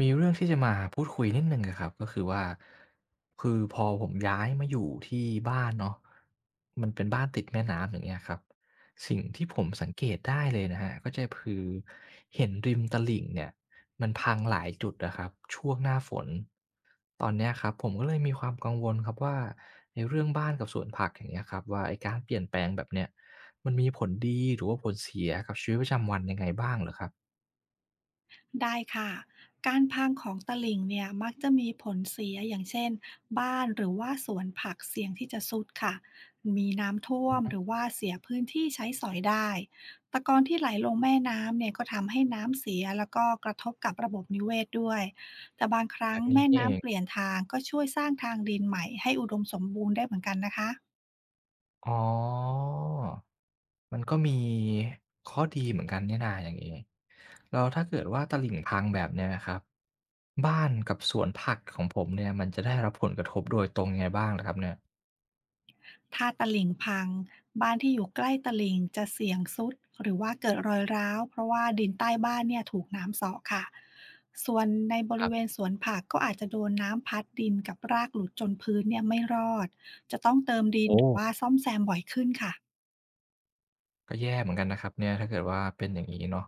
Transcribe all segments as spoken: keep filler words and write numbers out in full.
มีเรื่องที่จะมาพูดคุยนิดหนึ่งอะครับก็คือว่าคือพอผมย้ายมาอยู่ที่บ้านเนาะมันเป็นบ้านติดแม่น้ำอย่างเงี้ยครับสิ่งที่ผมสังเกตได้เลยนะครับก็จะคือเห็นริมตลิ่งเนี่ยมันพังหลายจุดอะครับช่วงหน้าฝนตอนเนี้ยครับผมก็เลยมีความกังวลครับว่าในเรื่องบ้านกับสวนผักอย่างเงี้ยครับว่าไอ้การเปลี่ยนแปลงแบบเนี้ยมันมีผลดีหรือว่าผลเสียกับชีวิตประจำวันยังไงบ้างเหรอครับได้ค่ะ การพังของตลิ่งเนี่ยมักจะมีผลเสียอย่างเช่นบ้านหรือว่าสวนผักเสี่ยงที่จะทรุดค่ะมีน้ำท่วอือมฮึหรือว่าเสียพื้นที่ใช้สอยได้ตะกอนที่ไหลลงแม่น้ำเนี่ยก็ทำให้น้ำเสียแล้วก็กระทบกับระบบนิเวศด้วยแต่บางคแบรั้งบนี้แม่นี่เอน้ำง เปลี่ยนทางก็ช่วยสร้างทางดินใหม่ให้อุดมสมบูรณ์ได้เหมือนกันนะคะ อ๋อมันก็มีข้อดีเหมือนกันเนี่ยนาอย่างนี้แล้วถ้าเกิดว่าตลิ่งพังแบบเนี้ยนะครับบ้านกับสวนผักของผมเนี่ยมันจะได้รับผลกระทบโดยตรงยังไงบ้างล่ะครับเนี่ยถ้าตะหลิ่งพังบ้านที่อยู่ใกล้ตะหลิ่งจะเสี่ยงทรุดหรือว่าเกิดรอยร้าวเพราะว่าดินใต้บ้านเนี่ยถูกน้ำเซาะค่ะส่วนในบคริรัเวณบสวนผักก็อาจจะโดนน้ำพัดดินกับรากหลุดจนพื้นเนี่ยไม่รอดจะต้องเติมดินโอ้หรือว่าซ่อมแซมบ่อยขึ้นค่ะ ก็แย่เหมือนกันนะครับเนี่ยถ้าเกิดว่าเป็นอย่างนี้เนาะ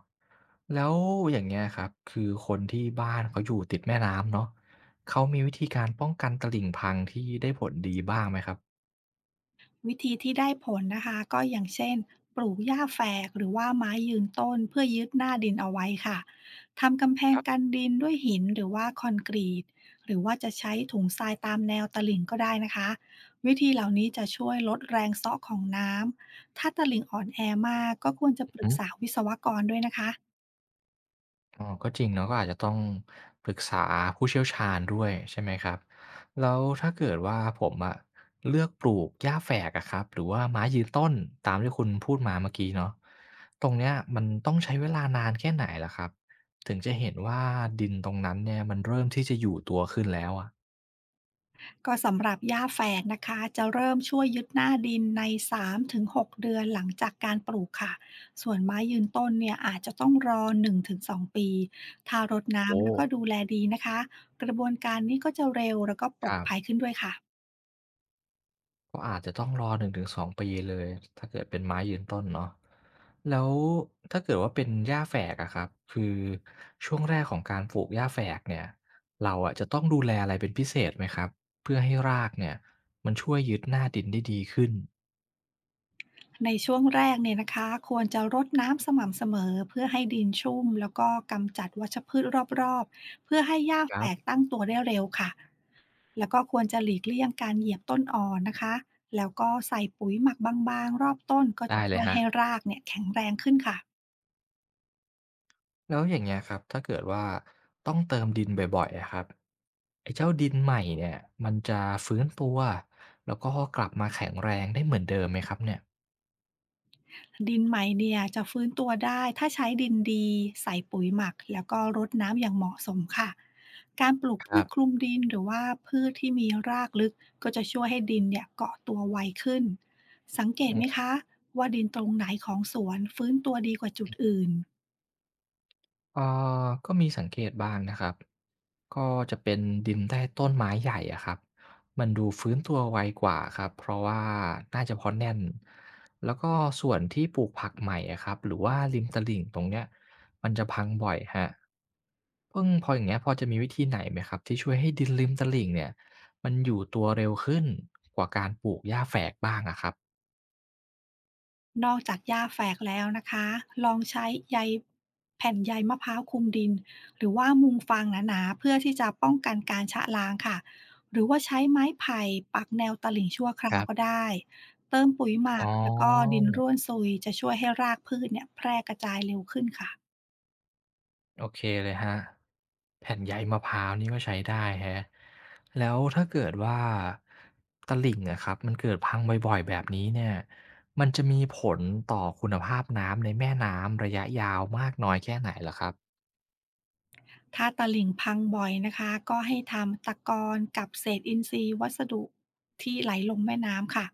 แล้วอย่างเงี้ยครับคือคนที่บ้านเขาอยู่ติดแม่น้ำเนาะเขามีวิธีการป้องกันตลิ่งพังที่ได้ผลดีบ้างไหมครับวิธีที่ได้ผลนะคะก็อย่างเช่นปลูกหญ้าแฝกหรือว่าไม้ยืนต้นเพื่อยึดหน้าดินเอาไว้ค่ะทำกำแพคงรักันบ ดินด้วยหินหรือว่าคอนกรีตหรือว่าจะใช้ถุงทรายตามแนวตลิ่งก็ได้นะคะวิธีเหล่านี้จะช่วยลดแรงเซาะของน้ำถ้าตลิ่งอ่อนแอมากก็ควรจะปรึกษาวิศวกรด้วยนะคะ อ๋อก็จริงเนาะก็อาจจะต้องปรึกษาผู้เชี่ยวชาญด้วยใช่ไหมครับ แล้วถ้าเกิดว่าผมอะเลือกปลูกหญ้าแฝกอะครับ หรือว่าไม้ยืนต้นตามที่คุณพูดมาเมื่อกี้เนาะตรงเนี้ยมันต้องใช้เวลานานแค่ไหนล่ะครับ ถึงจะเห็นว่าดินตรงนั้นเนี่ยมันเริ่มที่จะอยู่ตัวขึ้นแล้วอะก็สำหรับหญ้าแฝกนะคะจะเริ่มช่วยยึดหน้าดินในสามถึงหกเดือนหลังจากการปลูกค่ะส่วนไม้ยืนต้นเนี่ยอาจจะต้องรอหนึ่งถึงสองปีถ้ารดโอ้น้ำแล้วก็ดูแลดีนะคะกระบวนการนี้ก็จะเร็วแล้วก็ปลคอดรัภัยบ ขึ้นด้วยค่ะ ก็อาจจะต้องรอหนึ่งถึงสองปีเลยถ้าเกิดเป็นไม้ยืนต้นเนาะแล้วถ้าเกิดว่าเป็นหญ้าแฝกอะครับคือช่วงแรกของการปลูกหญ้าแฝกเนี่ยเราอะจะต้องดูแลอะไรเป็นพิเศษไหมครับเพื่อให้รากเนี่ยมันช่วยยึดหน้าดินได้ดีขึ้นในช่วงแรกเนี่ยนะคะควรจะรดน้ำสม่ำเสมอเพื่อให้ดินชุ่มแล้วก็กำจัดวัชพืชรอบๆเพื่อให้หญ้าคแฝรักบตั้งตัวได้เร็วค่ะแล้วก็ควรจะหลีกเลี่ยงการเหยียบต้นอ่อนนะคะแล้วก็ใส่ปุ๋ยหมักบางๆรอบต้นก็จะได้เลช่วยยครับให้รากเนี่ยแข็งแรงขึ้นค่ะ แล้วอย่างเงี้ยครับถ้าเกิดว่าต้องเติมดินบ่อยๆอะครับไอ้เจ้าดินใหม่เนี่ยมันจะฟื้นตัวแล้วก็กลับมาแข็งแรงได้เหมือนเดิมไหมครับเนี่ยดินใหม่เนี่ยจะฟื้นตัวได้ถ้าใช้ดินดีใส่ปุ๋ยหมักแล้วก็รดน้ำอย่างเหมาะสมค่ะการปลูกคพืรัชคลุบ มดินหรือว่าพืชที่มีรากลึกก็จะช่วยให้ดินเนี่ยเกาะตัวไวขึ้นสังเกตไหมคะว่าดินตรงไหนของสวนฟื้นตัวดีกว่าจุดอื่น เอ่อก็มีสังเกตบ้างนะครับก็จะเป็นดินใต้ต้นไม้ใหญ่อะครับมันดูฟื้นตัวไวกว่าครับเพราะว่าน่าจะเพราะแน่นแล้วก็ส่วนที่ปลูกผักใหม่อะครับหรือว่าริมตลิ่งตรงเนี้ยมันจะพังบ่อยฮะเพิ่งพออย่างเงี้ยพอจะมีวิธีไหนไหมครับที่ช่วยให้ดินริมตลิ่งเนี่ยมันอยู่ตัวเร็วขึ้นกว่าการปลูกหญ้าแฝกบ้างอะครับนอกจากหญ้าแฝกแล้วนะคะ ลองใช้ใยแผ่นใยมะพร้าวคลุมดินหรือว่ามุงฟางหนาๆเพื่อที่จะป้องกันการชะล้างค่ะ หรือว่าใช้ไม้ไผ่ปักแนวตลิ่งชั่วคราควรัก็บได้ เติมปุ๋ยหมัอ๋กแล้วก็ดินร่อ วนซุยจะช่วยให้รากพืชเนี่ยแพร่กระจายเร็วขึ้นค่ะ โอเคเลยครับแผ่นใยมะพร้าวนี่ก็ใช้ได้ครับแล้วถ้าเกิดว่าตลิ่งอะครับมันเกิดพังบ่อยๆแบบนี้เนี่ยมันจะมีผลต่อคุณภาพน้ำในแม่น้ำระยะยาวมากน้อยแค่ไหนเหรอครับถ้าตะหลิ่งพังบ่อยนะคะก็ให้ทำตะกอนกับเศษอินทรีย์วัสดุที่ไหลลงแม่น้ำค่ะ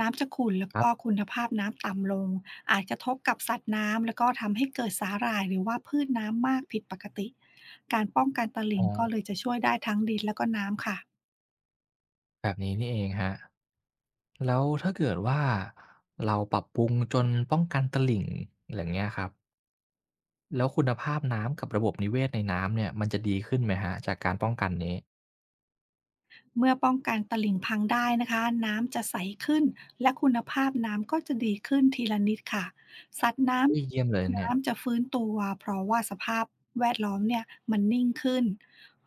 น้ำจะขุ่นแล้วครัก็บคุณภาพน้ำต่ำลงอาจกระทบกับสัตว์น้ำแล้วก็ทำให้เกิดสาหร่ายหรือว่าพืชน้ำมากผิดปกติการป้องกันตะหอ๋ลิ่องก็เลยจะช่วยได้ทั้งดินแล้วก็น้ำค่ะ แบบนี้นี่เองครับแล้วถ้าเกิดว่าเราปรับปรุงจนป้องกันตลิ่งอย่างเงี้ยครับแล้วคุณภาพน้ำกับระบบนิเวศในน้ำเนี่ยมันจะดีขึ้นไหมครับจากการป้องกันนี้เมื่อป้องกันตลิ่งพังได้นะคะน้ำจะใสขึ้นและคุณภาพน้ำก็จะดีขึ้นทีละนิดค่ะสัตว์น้อุ๊ยเยี่ยมเลยำเนี่ยน้ำจะฟื้นตัวเพราะว่าสภาพแวดล้อมเนี่ยมันนิ่งขึ้น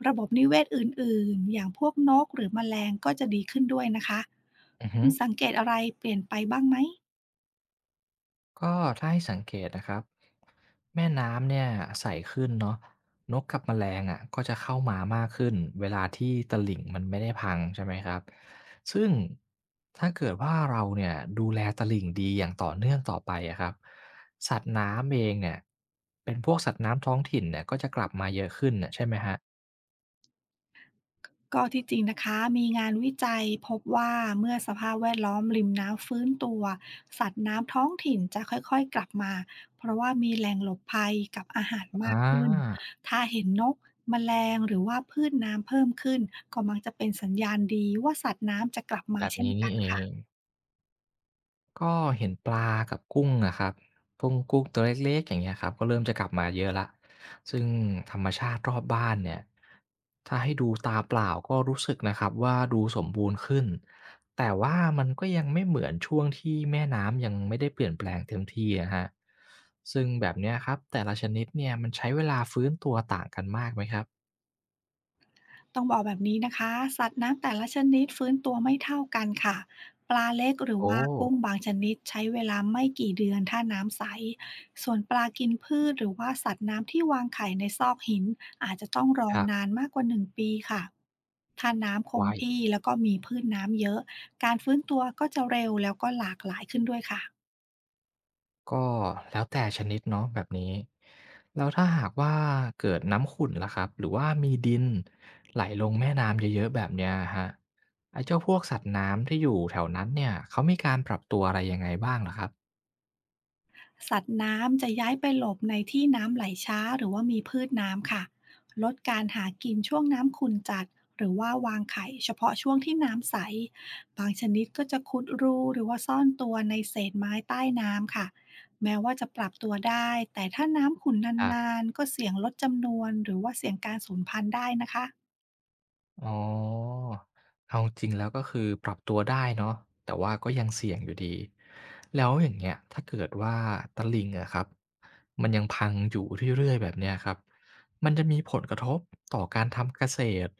ระบบนิเวศอื่นๆอย่างพวกนกหรือแมลงก็จะดีขึ้นด้วยนะคะอือคุฮึ ณสังเกตอะไรเปลี่ยนไปบ้างไหม ก็ถ้าให้สังเกตนะครับแม่น้ำเนี่ยใสขึ้นเนาะนกกับแมลงอ่ะก็จะเข้ามามากขึ้นเวลาที่ตลิ่งมันไม่ได้พังใช่ไหมครับซึ่งถ้าเกิดว่าเราเนี่ยดูแลตลิ่งดีอย่างต่อเนื่องต่อไปอะครับสัตว์น้ำเองเนี่ยเป็นพวกสัตว์น้ำท้องถิ่นเนี่ยก็จะกลับมาเยอะขึ้นน่ะใช่ไหมฮะก็ที่จริงนะคะมีงานวิจัยพบว่าเมื่อสภาพแวดล้อมริมน้ำฟื้นตัวสัตว์น้ำท้องถิ่นจะค่อยๆกลับมาเพราะว่ามีแหล่งหลบภัยกับอาหารอ่มากขึ้นาถ้าเห็นนกแมลงหรือว่าพืชน้ำเพิ่มขึ้นก็มักจะเป็นสัญญาณดีว่าสัตว์น้ำจะกลับมาแบบเช่นนี้กันี่นเอค่ะ ง ก็เห็นปลากับกุ้งอะครับกุ้งกุ้งตัวเล็กๆอย่างเงี้ยครับก็เริ่มจะกลับมาเยอะแล้วซึ่งธรรมชาติรอบบ้านเนี่ยถ้าให้ดูตาเปล่าก็รู้สึกนะครับว่าดูสมบูรณ์ขึ้นแต่ว่ามันก็ยังไม่เหมือนช่วงที่แม่น้ำยังไม่ได้เปลี่ยนแปลงเต็มที่นะฮะซึ่งแบบเนี้ยครับแต่ละชนิดเนี่ยมันใช้เวลาฟื้นตัวต่างกันมากไหมครับต้องบอกแบบนี้นะคะสัตว์น้ำแต่ละชนิดฟื้นตัวไม่เท่ากันค่ะปลาเล็กหรือโอ้ว่ากุ้งบางชนิดใช้เวลาไม่กี่เดือนถ้าน้ำใสส่วนปลากินพืชหรือว่าสัตว์น้ำที่วางไข่ในซอกหินอาจจะต้องรอครับนานมากกว่าหนึ่งปีค่ะถ้าน้ำคไว งที่แล้วก็มีพืชน้ำเยอะการฟื้นตัวก็จะเร็วแล้วก็หลากหลายขึ้นด้วยค่ะ ก็แล้วแต่ชนิดเนาะแบบนี้แล้วถ้าหากว่าเกิดน้ำขุ่นล่ะครับหรือว่ามีดินไหลลงแม่น้ำเยอะๆแบบเนี้ยฮะไอ้เจ้าพวกสัตว์น้ำที่อยู่แถวนั้นเนี่ยเขามีการปรับตัวอะไรยังไงบ้างเหครับ สัตว์น้ำจะย้ายไปหลบในที่น้ำไหลช้าหรือว่ามีพืชน้ำค่ะลดการหากินช่วงน้ำขุ่นจัดหรือว่าวางไข่เฉพาะช่วงที่น้ำใสบางชนิดก็จะขุดรูหรือว่าซ่อนตัวในเศษไม้ใต้น้ำค่ะแม้ว่าจะปรับตัวได้แต่ถ้าน้ำขุ่นนานๆก็เสี่ยงลดจำนวนหรือว่าเสี่ยงการสูญพันธุ์ได้นะคะ อ๋อเอาจริงแล้วก็คือปรับตัวได้เนาะแต่ว่าก็ยังเสี่ยงอยู่ดี แล้วอย่างเงี้ยถ้าเกิดว่าตลิ่งอะครับ มันยังพังอยู่เรื่อยๆแบบเนี้ยครับ มันจะมีผลกระทบต่อการทำเกษตร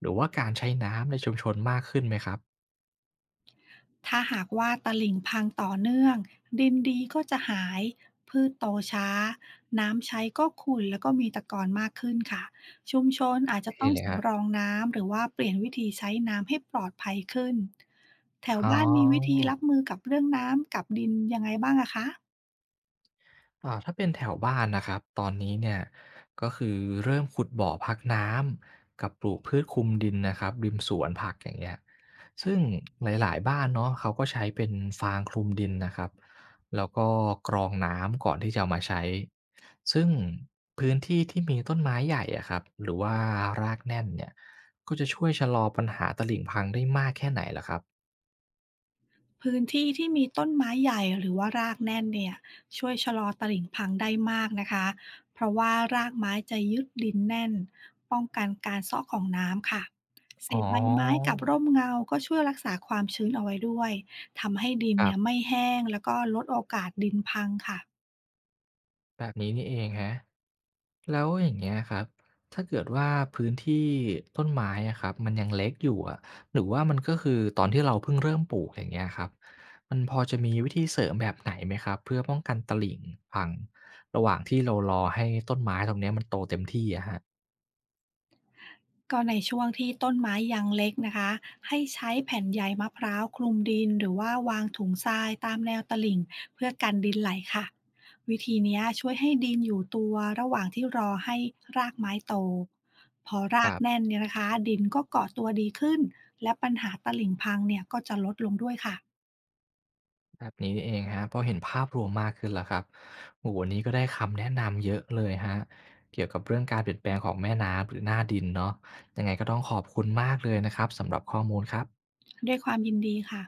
หรือว่าการใช้น้ำในชุมชนมากขึ้นไหมครับถ้าหากว่าตลิ่งพังต่อเนื่องดินดีก็จะหายพืชโตช้าน้ำใช้ก็ขุ่นแล้วก็มีตะกอนมากขึ้นค่ะชุมชนอาจจะต้อนี่งเลยครับสำรองน้ำหรือว่าเปลี่ยนวิธีใช้น้ำให้ปลอดภัยขึ้นแถวอ๋บ้านมีวิธีรับอ มือกับเรื่องน้ำกับดินยังไงบ้างอะคะ อ่าถ้าเป็นแถวบ้านนะครับตอนนี้เนี่ยก็คือเริ่มขุดบ่อพักน้ำกับปลูกพืชคลุมดินนะครับริมสวนผักอย่างเงี้ยซึ่งหลายๆบ้านเนาะเขาก็ใช้เป็นฟางคลุมดินนะครับแล้วก็กรองน้ำก่อนที่จะเอามาใช้ซึ่งพื้นที่ที่มีต้นไม้ใหญ่อะครับหรือว่ารากแน่นเนี่ยก็จะช่วยชะลอปัญหาตลิ่งพังได้มากแค่ไหนล่ะครับพื้นที่ที่มีต้นไม้ใหญ่หรือว่ารากแน่นเนี่ยช่วยชะลอตลิ่งพังได้มากนะคะเพราะว่ารากไม้จะยึดดินแน่นป้องกันการซอกของน้ำค่ะเศอ๋อษใบไม้กับร่มเงาก็ช่วยรักษาความชื้นเอาไว้ด้วยทำให้ดินครัเนี่ยบไม่แห้งแล้วก็ลดโอกาสดินพังค่ะ แบบนี้นี่เองฮะ แล้วอย่างเงี้ยครับถ้าเกิดว่าพื้นที่ต้นไม้อะครับมันยังเล็กอยู่อะหรือว่ามันก็คือตอนที่เราเพิ่งเริ่มปลูกอย่างเงี้ยครับมันพอจะมีวิธีเสริมแบบไหนไหมครับเพื่อป้องกันตลิ่งพังระหว่างที่เรารอให้ต้นไม้ตรงเนี้ยมันโตเต็มที่อะครับก็ในช่วงที่ต้นไม้ยังเล็กนะคะให้ใช้แผ่นใยมะพร้าวคลุมดินหรือว่าวางถุงทรายตามแนวตลิ่งเพื่อกันดินไหลค่ะวิธีเนี้ยช่วยให้ดินอยู่ตัวระหว่างที่รอให้รากไม้โตพอครากรัแน่นบเนี่ยนะคะดินก็เกาะตัวดีขึ้นและปัญหาตลิ่งพังเนี่ยก็จะลดลงด้วยค่ะแบบนี้นี่เองครับพอเห็นภาพรวมมากขึ้นแล้วครับโอ้โฮวันนี้ก็ได้คำแนะนำเยอะเลยฮะเกี่ยวกับเรื่องการเปลี่ยนแปลงของแม่น้ำหรือหน้าดินเนาะยังไงก็ต้องขอบคุณมากเลยนะครับสำหรับข้อมูลครับด้วยความยินดีค่ะ